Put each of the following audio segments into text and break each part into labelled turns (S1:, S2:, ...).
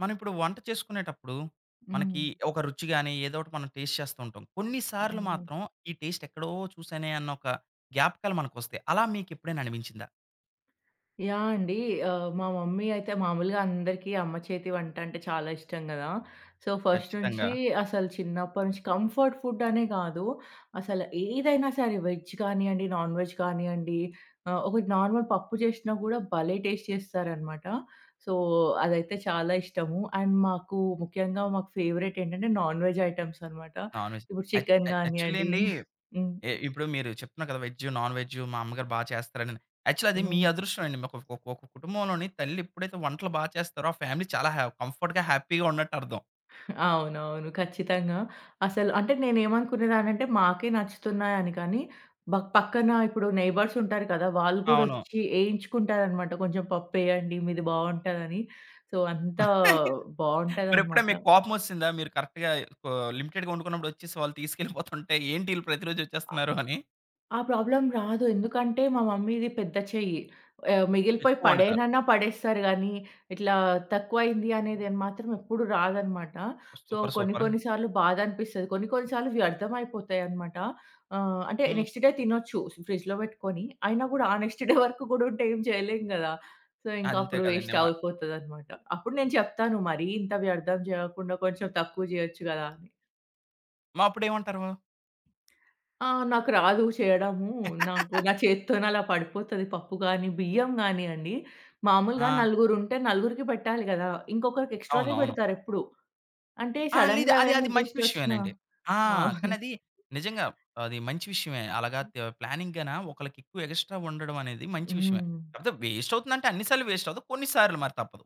S1: మనం ఇప్పుడు వంట చేసుకునేటప్పుడు
S2: హ్మ్.
S1: మనకి ఒక రుచి గాని, ఏదో ఒకటి మనం టేస్ట్ చేస్తూ ఉంటాం. కొన్నిసార్లు
S2: అవును.
S1: మాత్రం ఈ టేస్ట్ ఎక్కడో చూసానే అన్న ఒక జ్ఞాపకాలు మనకొస్తాయి. అలా మీకెప్పుడైనా అనిపించిందా?
S2: యాహ్! అండి. ఆహ్, మా మమ్మీ అయితే మామూలుగా అందరికీ అమ్మ చేతి వంట అంటే చాలా ఇష్టం గదా! సో, ఫస్ట్
S1: ఖచ్చితంగా
S2: నుంచి అసలు చిన్నప్పటి నుంచి కంఫర్ట్ ఫుడ్ అనే గాదు. అసలు ఏదైనా సరే వెజ్ కానియండి, నాన్ వెజ్ కానియండి, ఒకటి నార్మల్ పప్పు చేసినా గూడా భలే టేస్ట్ చేస్తారనమాట. సో, అదైతే చాలా ఇష్టము. అండ్ మాకు ముఖ్యంగా మాకు ఫేవరెట్ ఏంటంటే నాన్ వెజ్ ఐటెమ్స్ అనమాట.
S1: నాన్‌వెజ్.
S2: ఇప్పుడు
S1: యాక్
S2: చికెన్
S1: యాక్ యాక్చువల్లీ
S2: గానియండి.
S1: అండి,
S2: హ్మ్.
S1: ఇప్పుడు మీరు చెప్తున్నారు కదా! వెజ్, నాన్‌వెజ్ మా అమ్మగారు బా చేస్తారనని. యాక్చువల్లీ అది మీ
S2: హ్మ్.
S1: అదృష్టం అండి. ఒక ఒక ఒక కుటుంబంలోని తల్లి ఎప్పుడైతే వంటలు బా చేస్తారో, ఆ ఫ్యామిలీ చాలా కంఫర్ట్‌గా, హ్యాపీగా ఉన్నట్టు అర్థం.
S2: అవునవును. ఖచ్చితంగా. అసలు అంటే నేనేమనుకునేదాన్నంటే మాకే నచ్చుతున్నాయని కానీ, బక్ పక్కన ఇప్పుడు నైబర్స్ ఉంటారు కదా! వాళ్ళు
S1: అవును.
S2: గూడొచ్చి ఏయించుకుంటారనమాట. కొంచెం పప్పేయండి మీది బావుంటదని. సో, అంత
S1: మరెప్పుడైనా
S2: బావుంటదనమాట.
S1: మీకు కోపమొచ్చేసిందా? మీరు కరెక్ట్‌గా కొ లిమిటెడ్‌గా వండుకున్నప్పుడు వచ్చేసి వాళ్ళు తీసుకెళ్ళిపోతుంటే, ఏంటి ఈళ్ళు ప్రతిరోజు వచ్చేస్తున్నారు అని
S2: ఆ ప్రాబ్లమ్ రాదు. ఎందుకంటే, మా మమ్మీది పెద్ద చెయ్యి. మిగిలిపోయి
S1: ఎక్కువ వండుతారు.
S2: పడేయనన్నా పడేస్తారు గానీ, ఇట్లా తక్కువయింది అనేది అని మాత్రం ఎప్పుడు రాదనమాట. So,
S1: super.
S2: కొన్ని
S1: సూపర్.
S2: కొన్ని సార్లు బాధ అనిపిస్తది. కొన్ని కొన్ని సార్లు వ్యర్థమైపోతాయనమాట. అంటే
S1: హ్మ్.
S2: నెక్స్ట్ డే తినొచ్చు ఫ్రిడ్జ్‌లో పెట్టుకొని. అయినా గూడా ఆ నెక్స్ట్ డే వరకు గూడా ఉంటే ఏం చేయలేం గదా! సో, ఇంకా
S1: అంతే
S2: అప్పుడు
S1: కదండీ!
S2: వేస్ట్ అయిపోతదనమాట. అప్పుడు నేను చెప్తాను, మరీ ఇంత వ్యర్థం జేయకుండా కొంచెం తక్కువ జేయొచ్చు గదా అని.
S1: మా అప్పుడేమంటారు?
S2: ఆ! నాకు రాదు చేయడము. నాకు నా చేత్తోనే అలా పడిపోతది పప్పు గానీ, బియ్యం గానియండి. మామూలుగా
S1: ఆ!
S2: నలుగురుంటే నలుగురికి పెట్టాలి గదా! ఇంకొకరికి ఎక్స్‌ట్రానే
S1: అవునవును.
S2: పెడతారెప్పుడు. అంటే
S1: ఆ! లేదు.
S2: సడెన్‌గా
S1: అది అది
S2: ఎవరైనా
S1: మంచి
S2: గెస్ట్ వచ్చినా.
S1: విషయమేనండి. ఆ! కానీ
S2: అవును.
S1: అది నిజంగా అది మంచి విషయమే. అలాగా ప్లానింగ్‌గాన ఒకళ్ళకి ఎక్కువ ఎక్స్‌ట్రా వండడం అనేది మంచి విషయమే.
S2: హ్మ్.
S1: కాపోతే వేస్ట్ అవుతుందంటే అన్ని సార్లు వేస్ట్ అవ్వదు. కొన్ని సార్లు మరి తప్పదు.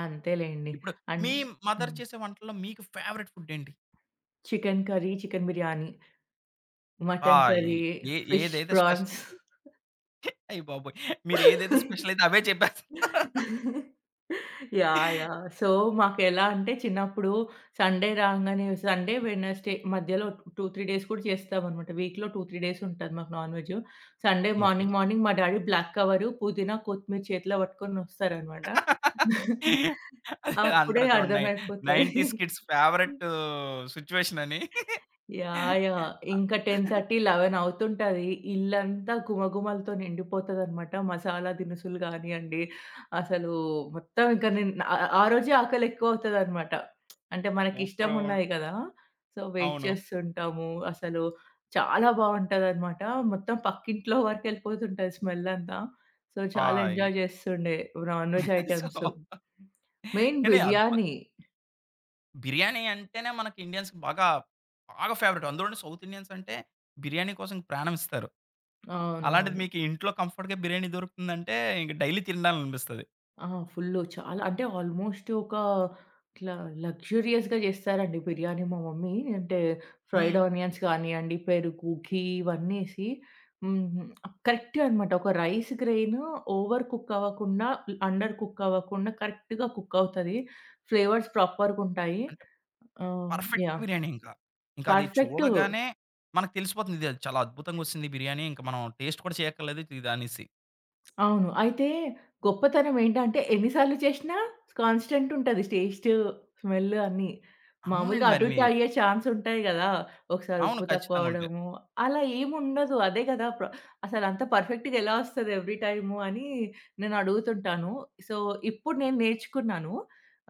S2: అంతేలెండి.
S1: ఇప్పుడు
S2: అన్
S1: మీ మదర్
S2: హ్మ్.
S1: చేసే వంటల్లో మీకు ఫేవరెట్ ఫుడ్ ఏంటి?
S2: చికెన్ కర్రీ, చికెన్ బిర్యానీ,
S1: ఆ!
S2: మటన్ కర్రీ,
S1: ఏ ఏ
S2: ఫిష్,
S1: ఏదైతే స్పెషల్
S2: ప్రాన్స్.
S1: అయ్య బాబోయ్! మీరు ఏదైతే స్పెషల్ అయితే అవే చెప్పేస్తారు.
S2: యాహ్! యాహ్! సో, మాకెలా అంటే చిన్నప్పుడు సండే రాంగానే సండే, వెడ్నెస్‌డే మధ్యలో 2, 3 డేస్ కూడా చేస్తామనమాట. వీక్‌లో 2, 3 డేస్ ఉంటది మాకు non veg. Sunday
S1: okay.
S2: Morning, morning మా డ్యాడీ బ్లాక్ కవరు, పుదీనా, కొత్తిమీర చేతిలో పట్టుకొని వస్తారనమాట.
S1: అదే
S2: అప్పుడే
S1: అంటారు చూడండి. నై
S2: అర్థమైపోతది.
S1: 90s కిడ్స్ ఫేవరెట్ సిట్యుయేషన్ అని.
S2: యాహ్! యాహ్! ఇంకా 10:30, 11 అవుతుంటది. ఇల్లంతా గుమగుమలతో నిండిపోతదనమాట. మసాలా దినుసులు గానియండి, అసలు మొత్తం ఇంక నేను ఆ ఆ రోజే ఆకలెక్కువ అవుతదనమాట. అంటే
S1: సూపర్ ఉన్
S2: మనకిష్టమున్నాయి గదా! సో, వెయిట్
S1: అవును.
S2: చేస్తుంటాము. అసలు చాలా బావుంటదనమాట. మొత్తం పక్కింట్లో వరకెళ్ళిపోతుంటది స్మెల్లంతా. సో, చాలా
S1: ఆయ్!
S2: ఎంజాయ్ చేస్తుండే non veg
S1: so,
S2: items. Main
S1: కానీ అద్భు
S2: బిర్యానీ.
S1: బిర్యానీ అంటేనే మనకి ఇండియన్స్‌కి బాగా, బాగా ఫేవరెట్. అందులోను సౌత్ ఇండియన్స్ అంటే బిర్యానీ కోసం ప్రాణం ఇస్తారు. అలాంటిది
S2: అవునవును.
S1: మీకు ఇంట్లో కంఫర్ట్‌గా బిర్యానీ దొరుకుతుందంటే, ఇంక డైలీ తినాలనిపిస్తది.
S2: ఆ! ఫుల్లు. చాలా అంటే ఆల్మోస్ట్ ఒక ఇట్లా లగ్జూరియస్‌గా చేస్తారండి బిర్యానీ మా మమ్మీ. అంటే ఫ్రైడ్
S1: హ్మ్.
S2: ఆనియన్స్ కానియండి, పెరుగు, ఘీ ఇవన్నీ ఏసి హ్మ్. కరెక్ట్‌గా అన్నమాట. ఒక రైస్ గ్రెయిన్ ఓవర్ కుక్ అవ్వకుండా, అండర్ కుక్ అవ్వకుండా కరెక్ట్‌గా కుక్ అవుతది. ఫ్లేవర్స్ ప్రాపర్‌గుంటాయి.
S1: అంటే
S2: ఆహ్,
S1: పర్ఫెక్ట్
S2: యాహ్!
S1: బిర్యానీ ఇంకా. ఇంకా అది
S2: పర్ఫెక్టు.
S1: చూడగానే మనకు తెలిసిపోతుంది. ఇది చాలా అద్భుతంగొచ్చింది బిర్యానీ. ఇంక మనం టేస్ట్ కూడా చేయక్కర్లేదు ఇది అనేసి.
S2: అవును. అయితే గొప్పతనం ఏంటంటే ఎన్ని సార్లు చేషినా కాన్‌స్టెంట్ ఉంటది. టేస్టు, స్మెల్లు అన్నీ.
S1: అవునండి.
S2: మామూలుగా
S1: మరి
S2: అటు
S1: మీ
S2: ఇటు అయ్యే ఛాన్స్ ఉంటాయి గదా! ఒకసారి
S1: అవును.
S2: ఉప్పు తక్కువ
S1: ఖచ్చితంగా ఉంటాయి.
S2: అవ్వడము. అలా ఏముండదు. అదే గదా! అసలంత పర్ఫెక్ట్‌గా ఎలా ఒస్తది ఎవ్రీ టైము అని నేను అడుగుతుంటాను. సో, ఇప్పుడు నేను నేర్చుకున్నాను.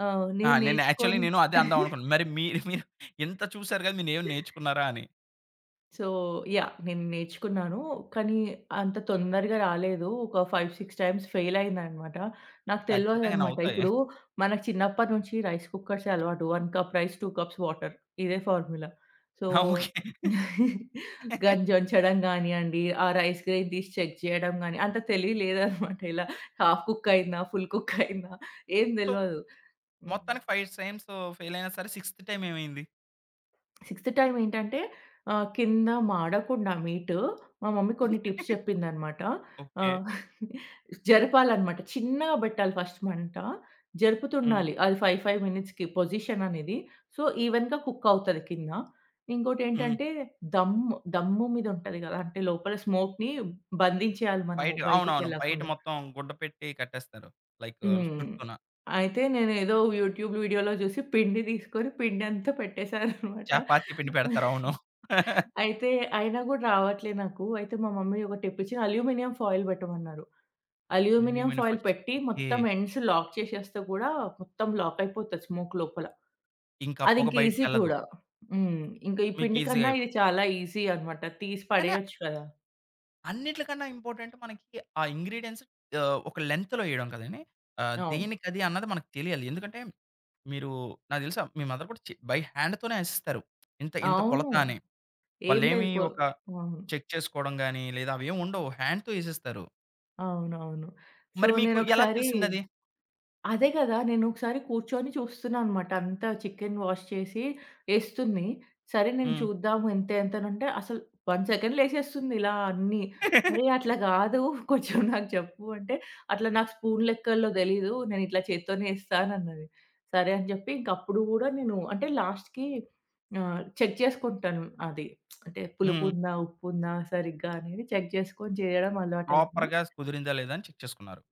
S2: ఆహ్,
S1: ఆ!
S2: నేను
S1: నేను యాక్చువల్లీ
S2: నేర్చుకొని
S1: నేను అదే అందాం అనుకున్నా. మరి మీరు మీరు ఇంత చూసారు కదా! మీరు ఏమైనా నేర్చుకున్నారా అని.
S2: So, yeah! నేను నేర్చుకున్నాను. కానీ అంత తొందరగా రాలేదు. ఒక 5, 6 టైమ్స్ ఫెయిల్ అయిందనమాట. నాకు
S1: ఖచ్చితంగా
S2: తెలవదనమాట.
S1: నవ్వుతాయి.
S2: ఇప్పుడు మనకు చిన్నప్పటి నుంచి రైస్ కుక్కర్సే అలవాటు. 1 కప్ రైస్, 2 కప్స్ వాటర్ ఇదే ఫార్ములా. సో,
S1: ఆ! ఓకే.
S2: గంజొంచడం గానియండి, ఆ రైస్ గ్రెయిన్ తీసి చెక్ చేయడం గాని అంత తెలివి లేదనమాట. ఇలా హాఫ్ కుక్ అయిందా? ఫుల్ కుక్ అయిందా? ఏం
S1: సో,
S2: తెలవదు. హ్మ్.
S1: మొత్తానికి 5 టైమ్స్ ఫెయిల్ అయినా సరే, సిక్స్త్ టైమ్ ఏమైంది?
S2: సిక్స్త్ టైమ్ ఏంటంటే కింద మాడకుండా మా మమ్మీ కొన్ని టిప్స్ చెప్పిందనమాట.
S1: ఓకే.
S2: ఆహ్, జరపాలనమాట. చిన్నగా పెట్టాలి ఫస్ట్ మంట.
S1: హ్మ్.
S2: జరుపుతుండాలి. అది 5, 5 మినిట్స్‌కి పొజిషన్ అనేది. సో, ఈవెన్‌గా కుక్ అవుతది కింద.
S1: హ్మ్.
S2: ఇంకోటేంటంటే దమ్ము మీద ఉంటది గదా! అంటే లోపల స్మోక్‌ని బంధించేయాలి మనము
S1: బయట అవునవును. బయట
S2: బయటికెళ్ళకుండా.
S1: మొత్తం గుడ్డ పెట్టి కట్టేస్తారు. లైక్
S2: హ్మ్.
S1: చుట్టూన.
S2: అయితే నేనేదో యూట్యూబ్ వీడియోలో చూసి పిండి తీసుకొని పిండంతా పెట్టేసాననమాట.
S1: చపాతీ పిండి పెడతారు. అవును.
S2: అయితే అయినా గూడా రావట్లే నాకు. అయితే మా మమ్మీ ఒకటిప్పించి అల్యూమినియం ఫాయిల్ పెట్టమన్నారు. Aluminium
S1: aluminium
S2: foil
S1: foil.
S2: పెట్టి
S1: ఓకే.
S2: మొత్తం ఎండ్స్ లాక్ చేసేస్తే కూడా మొత్తం లాక్ అయిపోతది స్మోక్ లోపల.
S1: ఇంకా పొగ
S2: అదింక ఈజీ
S1: బయటికెళ్ళదు.
S2: కూడా. హ్మ్. ఇంక ఈ
S1: మీకు
S2: పిండి
S1: ఈజీ‌గా
S2: కన్నా ఇది
S1: అయిపోతుంది.
S2: చాలా ఈజీ అనమాట. తీసి
S1: కానీ
S2: పడేయొచ్చు కదా!
S1: అన్నిట్లకన్నా ఇంపార్టెంట్ మనకి ఆ ఇంగ్రీడియెంట్స్ ఆహ్, ఒక లెంగ్త్‌లో ఏయడం కదండీ! ఆహ్,
S2: అవును.
S1: దేనికది అన్నది మనకు తెలియాలి. ఎందుకంటే మీరు నాకు తెలుసు మీ మదర్ కూడా బై హ్యాండ్‌తోనే ఏసేస్తారు. ఇంత ఇంత
S2: అవును.
S1: కొలత అని.
S2: ఏం లేదు.
S1: వాళ్ళేమి ఒక
S2: అవును.
S1: చెక్ చేసుకోవడం గాని, లేదా అవేమి ఉండవు. హ్యాండ్‌తో ఏసేస్తారు.
S2: అవునవును. సో
S1: మరి మీకు ఎలా
S2: నేనొకసారి
S1: తెలిసిందది?
S2: అదే గదా! నేనొకసారి కూర్చొని చూస్తున్నా అనమాట. అంతా చికెన్ వాష్ చేసి ఏస్తుంది. సరే నేను
S1: హ్మ్.
S2: చూద్దాము ఎంత ఎంతనంటే అసలు 1 సెకండ్‌లో ఏసేస్తుంది ఇలా అన్నీ.
S1: హ్మ్.
S2: అరే! అట్లా గాదు. కొంచెం నాకు చెప్పు అంటే, "అట్లా నాకు స్పూన్ లెక్కల్లో తెలీదు. నేనిట్లా చేత్తోనే ఏస్తా" అనన్నది. సరే అని జెప్పి ఇంకప్పుడు గూడా నేను అంటే లాస్ట్‌కి చెక్ చేసుకుంటాను అది. అంటే పులుపుందా? ఉప్పుందా? సరిగ్గా అనేది చెక్ చేసుకొని చేయడం అలవాటయింది.
S1: ప్రాపర్‌గా కుదిరిందా లేదా అని చెక్ చేసుకున్నారు.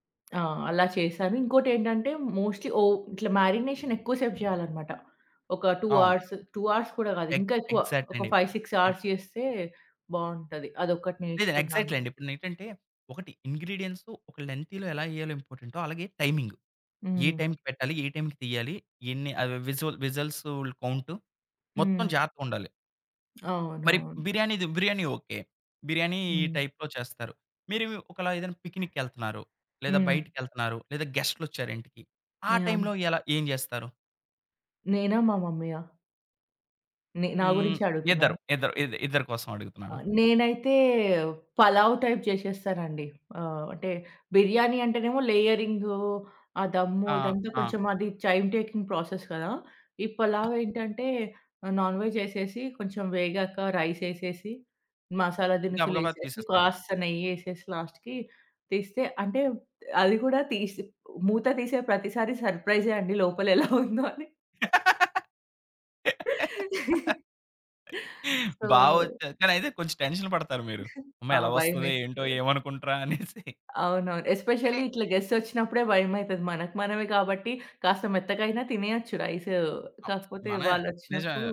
S2: ఆ! అలా చేశాను. ఇంకోటేంటంటే మోస్ట్‌లీ ఇట్లా మ్యారినేషన్ ఎక్కువ సేపు చేయాలనమాట. ఒక 2
S1: అవును.
S2: అవర్స్, 2 అవర్స్ కూడా కాదు
S1: ఎగ్
S2: ఇంకా ఎక్కువ.
S1: ఎగ్జాక్ట్‌లీ
S2: ఒక
S1: అండి.
S2: 5, 6
S1: ఎగ్
S2: అవర్స్ చేస్తే బావుంటది. అదొక్కటి
S1: లేదండి. ఎగ్జాక్ట్‌లీ
S2: నేర్చుకున్నాను.
S1: అండి. ఇప్పుడేంటంటే ఒకటి ఇంగ్రీడియెంట్స్ ఒక లెంతీలో ఎలా ఎయాలో ఇంపార్టెంటో అలాగే టైమింగ్. ఏ
S2: హ్మ్.
S1: టైంకి పెట్టాలి? ఏ టైంకి తీయాలి? ఎన్ని ఆహ్, విజువల్ విజిల్స్ కౌంట్ మొత్తం
S2: హ్మ్.
S1: జాగ్రత్తగుండాలి. మరి
S2: అవునవును.
S1: బిర్యానీది బిర్యానీ ఓకే. బిర్యానీ ఈ
S2: హ్మ్.
S1: టైప్‌లో చేస్తారు. మీరు ఒకలా ఏదైనా పిక్నిక్‌కెళ్తున్నారు, లేదా
S2: హ్మ్.
S1: బయటికెళ్తున్నారు, లేదా గెస్ట్‌లొచ్చారు ఇంటికి. ఆ
S2: యాహ్!
S1: టైంలో ఎలా ఏం జేస్తారు?
S2: నేనా? మా మమ్మీయా? నే నా
S1: హ్మ్.
S2: గురించే
S1: ఇద్దరు.
S2: అడుగుతున్నారా?
S1: ఇద్దరు. ఇద్ ఇద్దరి కోసం
S2: ఆ!
S1: అడుగుతున్నాను.
S2: నేనైతే పలావ్ టైప్ చేసేస్తానండి. అంటే బిర్యానీ అంటేనేమో లేయరింగు, ఆ దమ్ము
S1: ఆ!
S2: ఇదంతా
S1: ఆ!
S2: కొంచెం అది టైమ్ టేకింగ్ ప్రాసెస్ కదా! ఈ పలావ్ ఏంటంటే నాన్ వెజ్ ఎసేసి కొంచెం వేగాక రైస్ ఎసేసి, మసాలా దినుసులు
S1: గబగబా
S2: ఎసేసి,
S1: తీసేస్తారు.
S2: కాస్త నెయ్యేసేసి లాస్ట్‌కి తీస్తే అంటే అది కూడా తీసి మూత తీసే ప్రతిసారి సర్ప్రైజే అండి లోపల ఎలా ఉందో అని. సో
S1: బా వచ్చా కానీ అయితే కొంచెం టెన్షన్ పడతారు మీరు. అమ్మో!
S2: ఆ!
S1: ఎలా వస్తదో? ఏంటో?
S2: భయమేస్తది.
S1: ఏమనుకుంటారా? అనేసి.
S2: అవునవును.
S1: కానీ
S2: ఎస్పెషల్లీ ఇట్లా గెస్ట్సొచ్చినప్పుడే భయమైతది. మనకు మనమే కాబట్టి కాస్త మెత్తగైనా తినేయొచ్చు రైస్.
S1: ఆహ్,
S2: కాకపోతే
S1: మన నిజమే.
S2: వాళ్ళొచ్చినప్పుడు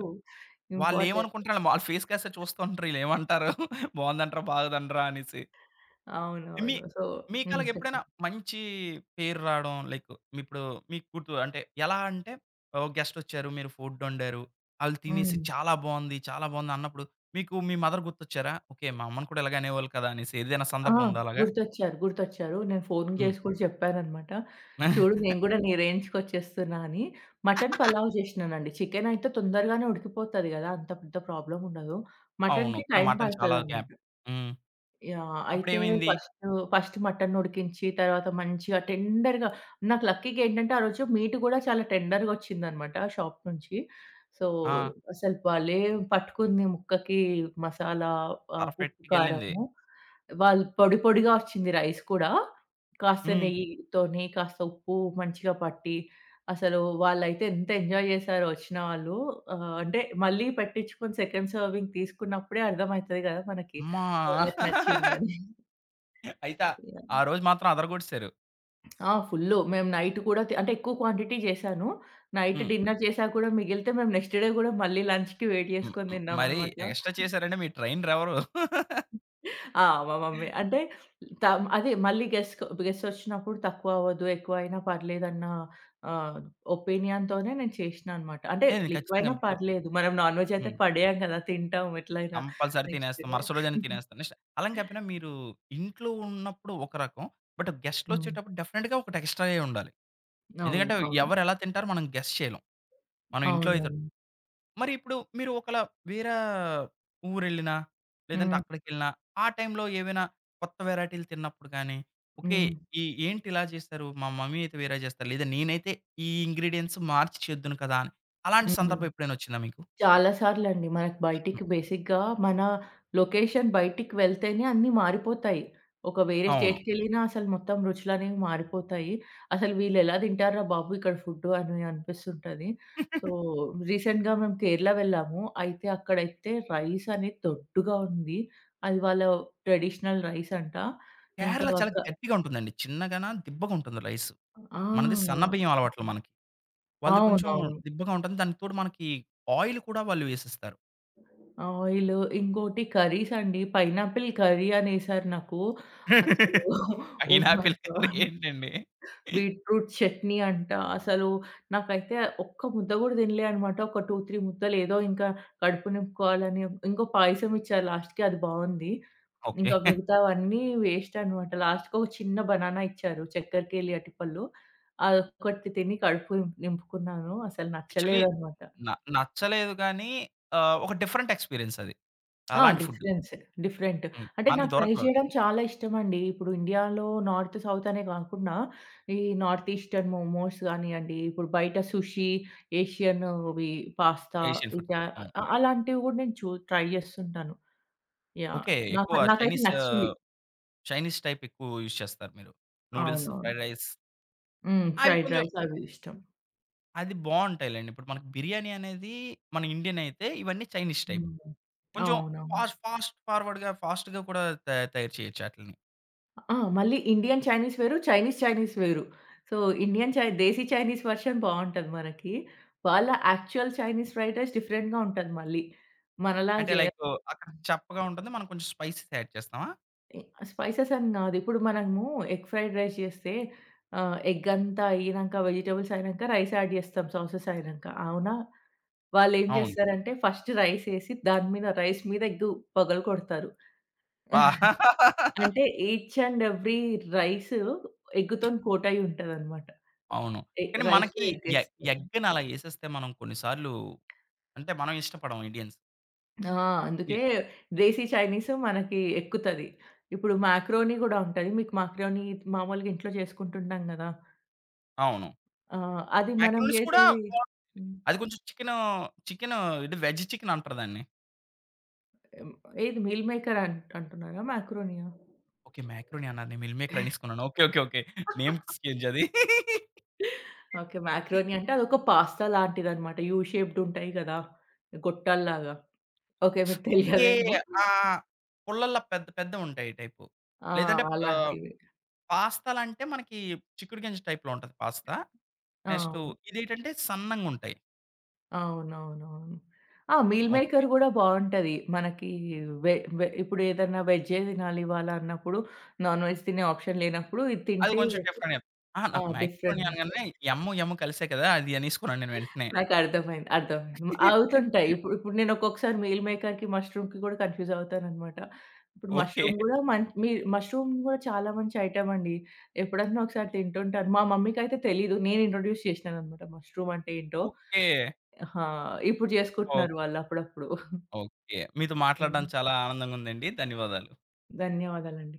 S2: ఇంపార్టెంట్.
S1: వాళ్ళేమనుకుంటారు? ఆళ్ళ ఫేస్ కాస్త చూస్తూ ఉంటారు. ఈళ్ళేమంటారు? బావుందంటరా? బాలేదంటరా? అనేసి. మీ
S2: అవునవును. సో హ్మ్.
S1: మీకలాగెప్పుడైనా
S2: చెప్పండి.
S1: మంచి పేరు రావడం లైక్ ఇప్పుడు మీ కూతురు అంటే ఎలా అంటే ఓ గెస్టొచ్చారు. మీరు ఫుడ్ వండారు. ఆళ్ళు తినేసి
S2: హ్మ్.
S1: చాలా బావుంది, చాలా బావుంది అన్నప్పుడు మీకు మీ మదర్ గుర్తొచ్చారా? ఓకే. మా అమ్మని కూడా ఇలాగే అనేవాళ్ళు కదా! అనేసి ఏదైనా
S2: ఆ!
S1: సందర్భం ఉందా అలాగా?
S2: గుర్తొచ్చారు. గుర్తొచ్చారు. నేను ఫోన్
S1: హ్మ్.
S2: చేసి కూడా చెప్పాననమాట. చూడు నేను గూడా నీ రేంజ్‌కొచ్చేస్తున్నా అని. మటన్ పలావ్ చేసినానండి. చికెనయితే తొందరగానే ఉడికిపోతది గదా! అంత పెద్ద ప్రాబ్లమ్ ఉండదు.
S1: అవును.
S2: మటన్‌కి
S1: కానీ
S2: టైమ్
S1: మటన్ చాలా గ్యాప్.
S2: పడతదనమాట.
S1: హ్మ్.
S2: యాహ్! అయితే
S1: అప్పుడేమైంది?
S2: ఫస్ట్, ఫస్ట్ మటన్ ఉడికించి తర్వాత మంచిగా టెండర్‌గా నాకు లక్కీ‌గా ఏంటంటే ఆ రోజు మీట్ కూడా చాలా టెండర్‌గా వచ్చిందనమాట షాప్ నుంచి. సో,
S1: ఆ!
S2: అసలు భలే పట్టుకుంది ముక్కకి మసాలా, ఉప్పు,
S1: పర్ఫెక్ట్‌గెళ్ళింది.
S2: కారము. వాళ్ళు పొడి పొడిగా వచ్చింది రైస్ కూడా. కాస్త
S1: హ్మ్.
S2: నెయ్యితోని, కాస్త ఉప్పు మంచిగా పట్టి అసలు వాళ్ళైతే ఎంత ఎంజాయ్ చేశారో వచ్చిన వాళ్ళు. అంటే మళ్ళీ పెట్టించుకొని సెకండ్ సర్వింగ్ తీసుకున్నప్పుడే అర్థమైతది కదా మనకి.
S1: అమ్మా!
S2: వాళ్ళకి నచ్చిందని.
S1: అయితే
S2: యాహ్!
S1: ఆ రోజు మాత్రం అదరగొట్టేసారు.
S2: ఆ! ఫుల్లు. మేము నైట్ కూడా అంటే ఎక్కువ క్వాంటిటీ చేశాను. నైట్
S1: హ్మ్.
S2: డిన్నర్ చేశాక కూడా మిగిలితే మేము నెక్స్ట్ డే కూడా మళ్ళీ లంచ్‌కి వెయిట్
S1: హ్మ్.
S2: చేసుకొని
S1: హ్మ్. మరి
S2: తిన్నామనమాట.
S1: ఎక్స్‌ట్రా చేసారంటే మీ ట్రైనరెవరు?
S2: ఆ! మా మమ్మీ అంటే అదే మళ్ళీ గెస్ట్ వచ్చినప్పుడు తక్కువ అవ్వద్దు, ఎక్కువ అయినా పర్లేదన్న ఆహ్, ఒపీనియన్‌తోనే నేను చేసినా అనమాట. అంటే
S1: లేదు. నేను ఖచ్చితంగా
S2: ఎక్కువైనా
S1: ఇప్పుడు
S2: పర్లేదు. మనం నాన్ వెజ్ అయితే
S1: హ్మ్.
S2: పడేయం కదా! తింటాం ఎట్లైనా
S1: కంపల్సరీ
S2: నెక్స్ట్
S1: తినేస్తాం.
S2: డే.
S1: మరుసటి రోజైనా తినేస్తాం. నెక్స్ట్ అలాని చెప్పినా మీరు ఇంట్లో ఉన్నప్పుడు ఒక రకం. బట్
S2: హ్మ్.
S1: గెస్ట్‌లొచ్చేటప్పుడు డెఫినిట్‌గా ఒకటి ఎక్స్‌ట్రా‌యే ఉండాలి.
S2: అవును.
S1: ఎందుకంటే
S2: అవును.
S1: ఎవరు ఎలా తింటారో మనం గెస్ చేయలేం. మనం ఇంట్లో అయితే
S2: అవునండి.
S1: మరి ఇప్పుడు మీరు ఒకలా వేరే ఊరెళ్ళినా, లేదంటే
S2: హ్మ్.
S1: అక్కడికెళ్ళినా ఆ టైంలో ఏవైనా కొత్త వెరైటీలు తిన్నప్పుడు గానీ, ఓకే.
S2: హ్మ్.
S1: ఈ ఏంటి ఇలా చేశారు? మా మమ్మీ అయితే వేరే చేస్తారు. లేదా నేనైతే ఈ ఇంగ్రీడియెంట్స్ మార్చి చేద్దును కదా! అని అలాంటి
S2: హ్మ్.
S1: సందర్భం ఎప్పుడైనా వచ్చిందా మీకు?
S2: చాలా సార్లండి. మనకు
S1: హ్మ్.
S2: బయటికి బేసిక్‌గా మన లొకేషన్ బయటికి వెళ్తేనే అన్నీ మారిపోతాయి. ఒక వేరే
S1: అవును.
S2: స్టేట్‌కెళ్ళినా అసలు మొత్తం రుచులనేవి మారిపోతాయి. అసలు వీళ్ళెలా తింటార్రా బాబు ఇక్కడ ఫుడ్డు అని అనిపిస్తుంటది. సో, రీసెంట్‌గా మేము కేరళ వెళ్ళాము. అయితే అక్కడైతే రైస్ అనేది దొడ్డుగా ఉంది. అది వాళ్ళ ట్రెడిషనల్ రైస్ అంట. ఇంకా
S1: కేరళ చాలా
S2: క
S1: గట్టిగా ఉంటుందండి. చిన్నగాన దిబ్బగా ఉంటుంది రైసు. మనది సన్న
S2: ఆ!
S1: బియ్యం అలవాట్లు మనకి. వాళ్ళది కొంచెం
S2: అవునవును.
S1: దిబ్బగా ఉంటుంది. దానికి తోడు మనకి ఆయిల్ కూడా వాళ్ళు వేసిస్తారు.
S2: ఆయిలు, ఇంకోటి కర్రీస్ అండి. పైనాపిల్ కర్రీ అనేసారు నాకు. అసలు oh my
S1: pineapple curry
S2: god!
S1: ఏంటండి?
S2: బీట్రూట్ చట్నీ అంట. అసలు నాకైతే ఒక్క ముద్ద గూడా తినలే అనమాట. ఒక 2, 3 ముద్దలు ఏదో ఇంకా కడుపు నింపుకోవాలని ఇంకో పాయసం ఇచ్చారు లాస్ట్‌కి అది బావుంది.
S1: ఓకే.
S2: ఇంకా మిగతావన్నీ వేస్ట్ అనమాట. లాస్ట్‌కి ఒక చిన్న బనానా ఇచ్చారు చక్కెర కేళి అరటిపళ్ళు. అదొక్కటి తిని కడుపు నింపుకున్నాను. అసలు
S1: యాక్చువల్లీ
S2: నచ్చలేదనమాట.
S1: న నచ్చలేదు గానీ ఆహ్, ఒక డిఫరెంట్ ఎక్స్‌పీరియన్స్ అది.
S2: ఆ!
S1: అలాంటి ఫుడ్.
S2: డిఫరెన్సే. డిఫరెంట్.
S1: హ్మ్.
S2: అంటే
S1: మనకి
S2: నాకు ట్రై
S1: దొరకవవి
S2: చేయడం చాలా ఇష్టమండి. ఇప్పుడు ఇండియాలో నార్త్, సౌత్ అనే కాకుండా ఈ నార్త్ ఈస్టర్న్ మోమోస్ గానియండి, ఇప్పుడు బయట సుషి, ఏషియన్ అవి పాస్తా
S1: ఏషియన్ ఫుడ్స్.
S2: ఇటా
S1: అవును.
S2: అలాంటివి గూడా నేను ట్రై చేస్తుంటాను. యాహ్!
S1: ఓకే. ఎక్కువ
S2: నాకైతే
S1: చైనీస్,
S2: నచ్చింది.
S1: చైనీస్ టైప్ ఎక్కువ యూజ్ చేస్తారు మీరు. నూడిల్స్,
S2: అవునవును.
S1: ఫ్రైడ్ రైస్
S2: హ్మ్.
S1: అవి
S2: ఫ్రైడ్
S1: కొంచెం
S2: రైస్ అవి ఇష్టం.
S1: అది బావుంటాయిలెండి. ఇప్పుడు మనకి బిర్యానీ అనేది మన ఇండియన్ అయితే, ఇవన్నీ చైనీస్ టైప్.
S2: హ్మ్.
S1: కొంచెం
S2: అవునవును.
S1: ఫాస్ట్ ఫార్వర్డ్‌గా, ఫాస్ట్‌గా కూడా తయారు చేయొచ్చు ఆటిలిని.
S2: ఆ! మళ్ళీ ఇండియన్ చైనీస్ వేరు. చైనీస్ చైనీస్ వేరు. So, Indian desi Chinese version బావుంటది మనకి. వాళ్ళ యాక్చువల్ చైనీస్ ఫ్రైడ్ రైస్ డిఫరెంట్‌గా ఉంటది మళ్ళీ. మనలా
S1: అంటే
S2: జేయ
S1: లైక్ అక్కడ చప్పగా ఉంటుంది. మనం కొంచెం స్పైసెస్ యాడ్ చేస్తామా?
S2: స్పైసెస్ అని గాదు. ఇప్పుడు మనము ఎగ్ ఫ్రైడ్ రైస్ జేస్తే ఎగ్ అంతా ఎగినంక వెజిటబుల్స్ అయినంక రైస్ యాడ్ జేస్తాం సాసెస్ అయినంక. అవునా? వాళ్ళేం
S1: అవును.
S2: జేస్తారంటే ఫస్ట్ రైస్ ఏసి దాని మీద రైస్ మీద ఎగ్గు పగలగొడతారు.
S1: బా
S2: అంటే ఈచ్ అండ్ ఎవ్రీ రైసు ఎగ్గుతోని కోటయ్యి ఉంటదనమాట.
S1: అవును.
S2: ఎ
S1: కానీ
S2: రైస్‌లో
S1: మనకి ఎ
S2: ఎగ్గేస్తారు.
S1: ఎగ్‌ని అలా ఎసేస్తే మనం కొన్ని సార్లు అంటే మనం ఇష్టపడం ఇండియన్స్.
S2: ఆ!
S1: వి
S2: అందుకే దేశీ చైనీసు మనకి ఎక్కుతది. ఇప్పుడు మాక్రోని గూడా ఉంటది. మీకు మాక్రోని మామూలుగా ఇంట్లో చేసుకుంటుంటాం గదా!
S1: అవును.
S2: అది మనం
S1: మాకారోనీస్ కూడా
S2: జేసేది
S1: బావుం
S2: హ్మ్.
S1: అది కొంచెం చికెను ఇది వెజ్ చికెన్ అంటారు దాన్ని.
S2: హ్మ్. ఏది మీల్ మేకర్ అంటున్నారా? మాక్రోనియా?
S1: ఓకే. మాకారోనీ అన్నారు. నేను మిల్ మేకర్ అనేసుకున్నాను. Okay. Okay. Okay. Names change అది.
S2: ఓకే. మాక్రోని అంటే అదొక పాస్తా లాంటిదనమాట. యూ షేప్డ్ ఉంటాయి గదా! గొట్టాల్లాగా. ఓకే. మీకు
S1: ఓకే.
S2: తెలియదేమో.
S1: ఆహ్, పుల్లల్లా పెద్ద పెద్దవుంటాయి ఈ టైపు.
S2: ఆ!
S1: లేదంటే ఆహ్,
S2: అలాంటివి.
S1: పాస్తాలంటే మనకి చిక్కుడు గింజ టైప్‌లో ఉంటది పాస్తా.
S2: ఆ!
S1: నెక్స్టు
S2: అవును.
S1: ఇదేంటంటే సన్నంగుంటాయి.
S2: అవునవునవును. ఆ! Meal
S1: okay.
S2: మేకర్ గూడా బావుంటది. మనకి వె వె ఇప్పుడు ఏదన్నా వెజ్జే తినాలి ఇవాళ అన్నప్పుడు, నాన్ వెజ్ తినే ఆప్షన్ లేనప్పుడు ఇది
S1: అది
S2: తింటే
S1: కొంచెం డిఫరెంట్ అయి అహా!
S2: ఆ!
S1: నాకు మైక్రోని
S2: డిఫరెంట్‌గుంటది.
S1: అనగానే యమ్ము, యమ్ము కలిసే కదా! అది అనేసుకున్నాను నేను వెంటనే.
S2: నాకర్థమైంది. అర్థమైంది. అవుతుంటాయి. ఇప్పుడు ఇప్పుడు నేను ఒక్కొక్కసారి మీల్ మేకర్‌కి, మష్రూమ్‌కి గూడా కన్‌ఫ్యూజ్ అవుతాననమాట. ఇప్పుడు
S1: ఓకే.
S2: మష్రూమ్ గూడా మన్ మీ మష్రూమ్ గూడా చాలా మంచి ఐటెమ్ అండి. ఎప్పుడన్నా ఒకసారి తింటుంటాను. మా మమ్మీకైతే తెలీదు. నేను ఇంట్రొడ్యూస్ చేసినాననమాట మష్రూమ్ అంటే ఏంటో.
S1: ఓకే.
S2: ఆ! ఇప్పుడు
S1: ఓహ్!
S2: జేసుకుంటున్నారు వాళ్ళు అప్పుడప్పుడు.
S1: ఓకే. మీతో మాట్లాడడం
S2: హ్మ్.
S1: చాలా ఆనందంగుందండి. ధన్యవాదాలు.
S2: ధన్యవాదాలండి.